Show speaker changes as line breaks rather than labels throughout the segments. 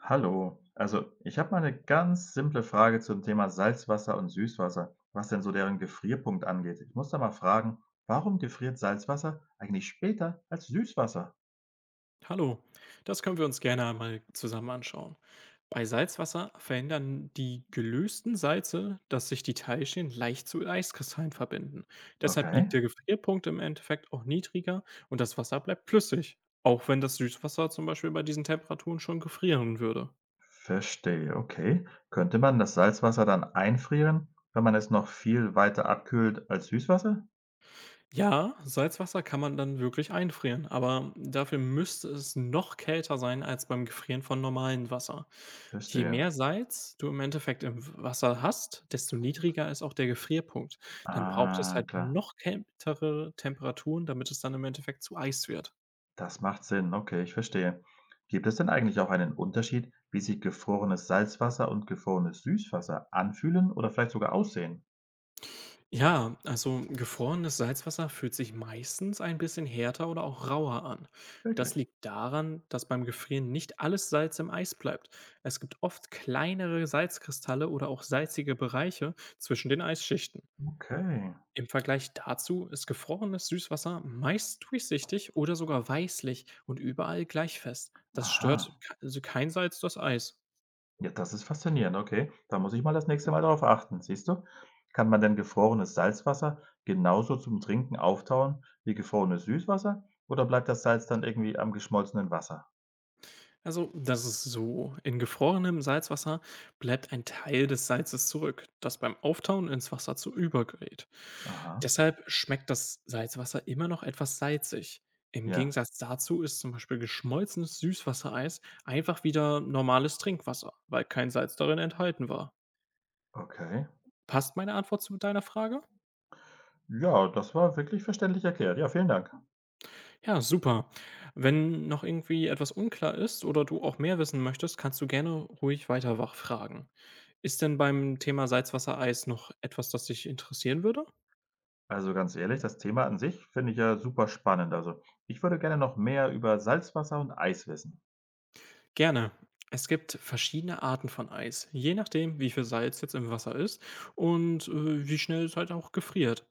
Hallo, also ich habe mal eine ganz simple Frage zum Thema Salzwasser und Süßwasser, was denn so deren Gefrierpunkt angeht. Ich muss da mal fragen, warum gefriert Salzwasser eigentlich später als Süßwasser?
Hallo, das können wir uns gerne einmal zusammen anschauen. Bei Salzwasser verändern die gelösten Salze, dass sich die Teilchen leicht zu Eiskristallen verbinden. Deshalb
Okay,
liegt der Gefrierpunkt im Endeffekt auch niedriger und das Wasser bleibt flüssig, auch wenn das Süßwasser zum Beispiel bei diesen Temperaturen schon gefrieren würde.
verstehe, okay. Könnte man das Salzwasser dann einfrieren, wenn man es noch viel weiter abkühlt als Süßwasser?
Ja, Salzwasser kann man dann wirklich einfrieren, aber dafür müsste es noch kälter sein als beim Gefrieren von normalem Wasser. Je
Verstehe.
mehr Salz du im Endeffekt im Wasser hast, desto niedriger ist auch der Gefrierpunkt. Dann braucht es
Ah,
halt
klar.
noch kältere Temperaturen, damit es dann im Endeffekt zu Eis wird.
Das macht Sinn. Okay, ich verstehe. Gibt es denn eigentlich auch einen Unterschied, wie sich gefrorenes Salzwasser und gefrorenes Süßwasser anfühlen oder vielleicht sogar aussehen?
Ja, also gefrorenes Salzwasser fühlt sich meistens ein bisschen härter oder auch rauer an. Das
Wirklich?
liegt daran, dass beim Gefrieren nicht alles Salz im Eis bleibt. Es gibt oft kleinere Salzkristalle oder auch salzige Bereiche zwischen den Eisschichten.
Okay.
Im Vergleich dazu ist gefrorenes Süßwasser meist durchsichtig oder sogar weißlich und überall gleich fest. Das stört
Aha.
also kein Salz das Eis.
Ja, das ist faszinierend. Okay, da muss ich mal das nächste Mal darauf achten. Siehst du? Kann man denn gefrorenes Salzwasser genauso zum Trinken auftauen wie gefrorenes Süßwasser? Oder bleibt das Salz dann irgendwie am geschmolzenen Wasser?
Also, das ist so. In gefrorenem Salzwasser bleibt ein Teil des Salzes zurück, das beim Auftauen ins Wasser zu übergerät.
Aha.
Deshalb schmeckt das Salzwasser immer noch etwas salzig. Im
Ja.
Gegensatz dazu ist zum Beispiel geschmolzenes Süßwassereis einfach wieder normales Trinkwasser, weil kein Salz darin enthalten war.
Okay.
Passt meine Antwort zu deiner Frage?
Ja, das war wirklich verständlich erklärt. Ja, vielen Dank.
Ja, super. Wenn noch irgendwie etwas unklar ist oder du auch mehr wissen möchtest, kannst du gerne ruhig weiter wachfragen. Ist denn beim Thema Salzwassereis noch etwas, das dich interessieren würde?
Also ganz ehrlich, das Thema an sich finde ich ja super spannend. Also ich würde gerne noch mehr über Salzwasser und Eis wissen.
Gerne. Es gibt verschiedene Arten von Eis, je nachdem, wie viel Salz jetzt im Wasser ist und wie schnell es halt auch gefriert.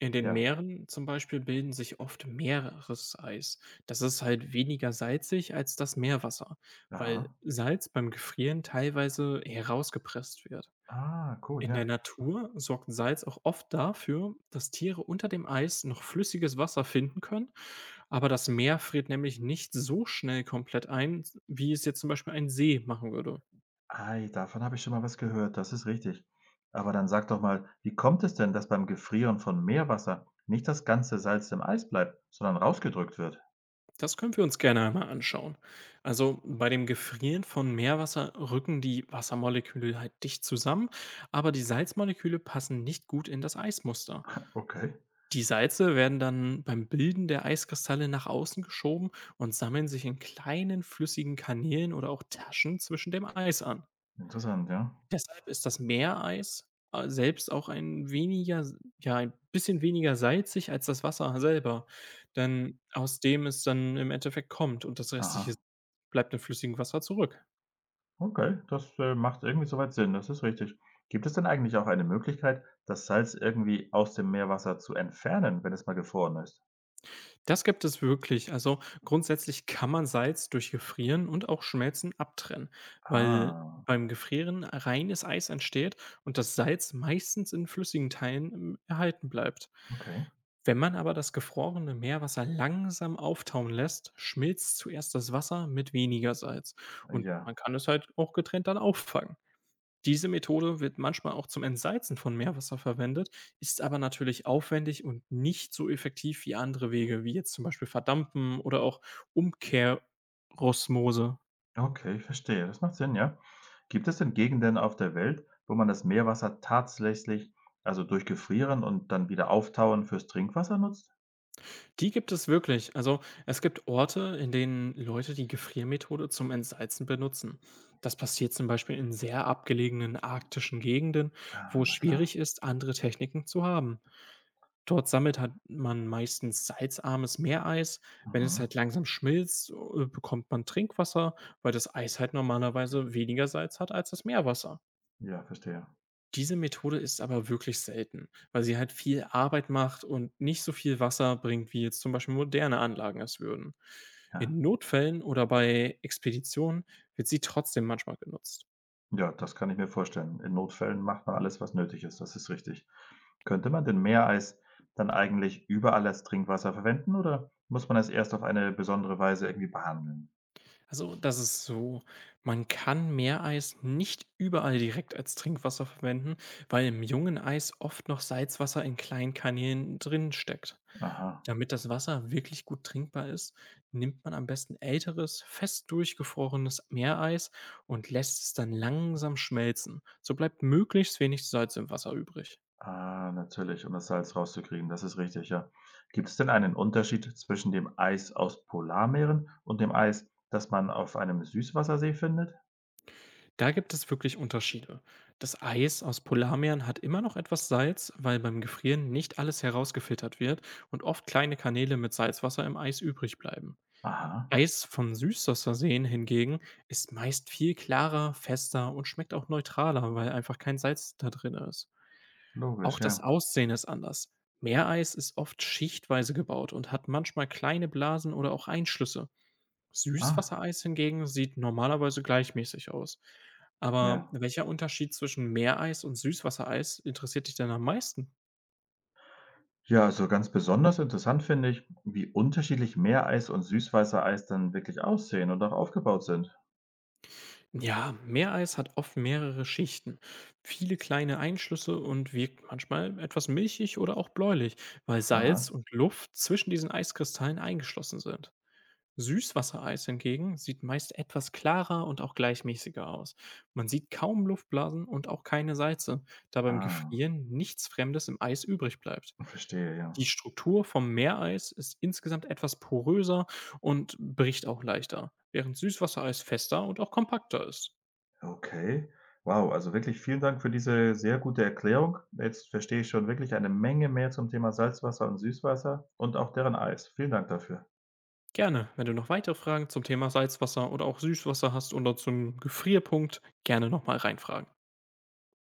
In den
Ja.
Meeren zum Beispiel bilden sich oft Meereseis. Das ist halt weniger salzig als das Meerwasser, weil
Aha.
Salz beim Gefrieren teilweise herausgepresst wird.
Ah, cool,
In der
ja.
Natur sorgt Salz auch oft dafür, dass Tiere unter dem Eis noch flüssiges Wasser finden können, aber das Meer friert nämlich nicht so schnell komplett ein, wie es jetzt zum Beispiel ein See machen würde.
Ei, davon habe ich schon mal was gehört, das ist richtig. Aber dann sag doch mal, wie kommt es denn, dass beim Gefrieren von Meerwasser nicht das ganze Salz im Eis bleibt, sondern rausgedrückt wird?
Das können wir uns gerne einmal anschauen. Also bei dem Gefrieren von Meerwasser rücken die Wassermoleküle halt dicht zusammen, aber die Salzmoleküle passen nicht gut in das Eismuster.
Okay,
Die Salze werden dann beim Bilden der Eiskristalle nach außen geschoben und sammeln sich in kleinen flüssigen Kanälen oder auch Taschen zwischen dem Eis an.
interessant, ja.
Deshalb ist das Meereis selbst auch ein weniger, ja, ein bisschen weniger salzig als das Wasser selber, denn aus dem es dann im Endeffekt kommt und das
Aha.
restliche bleibt im flüssigen Wasser zurück.
Okay, das macht irgendwie soweit Sinn, das ist richtig. Gibt es denn eigentlich auch eine Möglichkeit, das Salz irgendwie aus dem Meerwasser zu entfernen, wenn es mal gefroren ist?
Das gibt es wirklich. Also grundsätzlich kann man Salz durch Gefrieren und auch Schmelzen abtrennen, weil
Ah,
beim Gefrieren reines Eis entsteht und das Salz meistens in flüssigen Teilen erhalten bleibt.
okay.
Wenn man aber das gefrorene Meerwasser langsam auftauen lässt, schmilzt zuerst das Wasser mit weniger Salz und man
Ja,
kann es halt auch getrennt dann auffangen. Diese Methode wird manchmal auch zum Entsalzen von Meerwasser verwendet, ist aber natürlich aufwendig und nicht so effektiv wie andere Wege, wie jetzt zum Beispiel Verdampfen oder auch Umkehrosmose.
okay, ich verstehe. Das macht Sinn, ja. Gibt es denn Gegenden auf der Welt, wo man das Meerwasser tatsächlich, also durch Gefrieren und dann wieder Auftauen fürs Trinkwasser nutzt?
Die gibt es wirklich. Also es gibt Orte, in denen Leute die Gefriermethode zum Entsalzen benutzen. Das passiert zum Beispiel in sehr abgelegenen arktischen Gegenden, wo
Ah,
es
na klar.
schwierig ist, andere Techniken zu haben. Dort sammelt hat man meistens salzarmes Meereis. Wenn es
Mhm.
halt langsam schmilzt, bekommt man Trinkwasser, weil das Eis halt normalerweise weniger Salz hat als das Meerwasser.
Ja, verstehe.
Diese Methode ist aber wirklich selten, weil sie halt viel Arbeit macht und nicht so viel Wasser bringt, wie jetzt zum Beispiel moderne Anlagen es würden.
Ja.
In Notfällen oder bei Expeditionen wird sie trotzdem manchmal genutzt.
Ja, das kann ich mir vorstellen. In Notfällen macht man alles, was nötig ist. Das ist richtig. Könnte man denn Meereis dann eigentlich überall als Trinkwasser verwenden oder muss man es erst auf eine besondere Weise irgendwie behandeln?
Also, das ist so, man kann Meereis nicht überall direkt als Trinkwasser verwenden, weil im jungen Eis oft noch Salzwasser in kleinen Kanälen drin steckt.
Aha.
Damit das Wasser wirklich gut trinkbar ist, nimmt man am besten älteres, fest durchgefrorenes Meereis und lässt es dann langsam schmelzen. So bleibt möglichst wenig Salz im Wasser übrig.
Ah, natürlich, um das Salz rauszukriegen, das ist richtig, ja. Gibt es denn einen Unterschied zwischen dem Eis aus Polarmeeren und dem Eis, das man auf einem Süßwassersee findet?
Da gibt es wirklich Unterschiede. Das Eis aus Polarmeeren hat immer noch etwas Salz, weil beim Gefrieren nicht alles herausgefiltert wird und oft kleine Kanäle mit Salzwasser im Eis übrig bleiben.
Aha,
Eis von Süßwasserseen hingegen ist meist viel klarer, fester und schmeckt auch neutraler, weil einfach kein Salz da drin ist. Auch
logisch,
das
ja.
Aussehen ist anders. Meereis ist oft schichtweise gebaut und hat manchmal kleine Blasen oder auch Einschlüsse.
Ah,
Süßwassereis hingegen sieht normalerweise gleichmäßig aus. Aber
ja.
welcher Unterschied zwischen Meereis und Süßwassereis interessiert dich denn am meisten?
Ja, also ganz besonders interessant finde ich, wie unterschiedlich Meereis und Süßwassereis dann wirklich aussehen und auch aufgebaut sind.
Ja, Meereis hat oft mehrere Schichten, viele kleine Einschlüsse und wirkt manchmal etwas milchig oder auch bläulich, weil
Aha,
Salz und Luft zwischen diesen Eiskristallen eingeschlossen sind. Süßwassereis hingegen sieht meist etwas klarer und auch gleichmäßiger aus. Man sieht kaum Luftblasen und auch keine Salze, da beim
ah,
Gefrieren nichts Fremdes im Eis übrig bleibt.
verstehe, ja.
Die Struktur vom Meereis ist insgesamt etwas poröser und bricht auch leichter, während Süßwassereis fester und auch kompakter ist.
Okay. Wow, also wirklich vielen Dank für diese sehr gute Erklärung. Jetzt verstehe ich schon wirklich eine Menge mehr zum Thema Salzwasser und Süßwasser und auch deren Eis. Vielen Dank dafür.
Gerne, wenn du noch weitere Fragen zum Thema Salzwasser oder auch Süßwasser hast oder zum Gefrierpunkt, gerne nochmal reinfragen.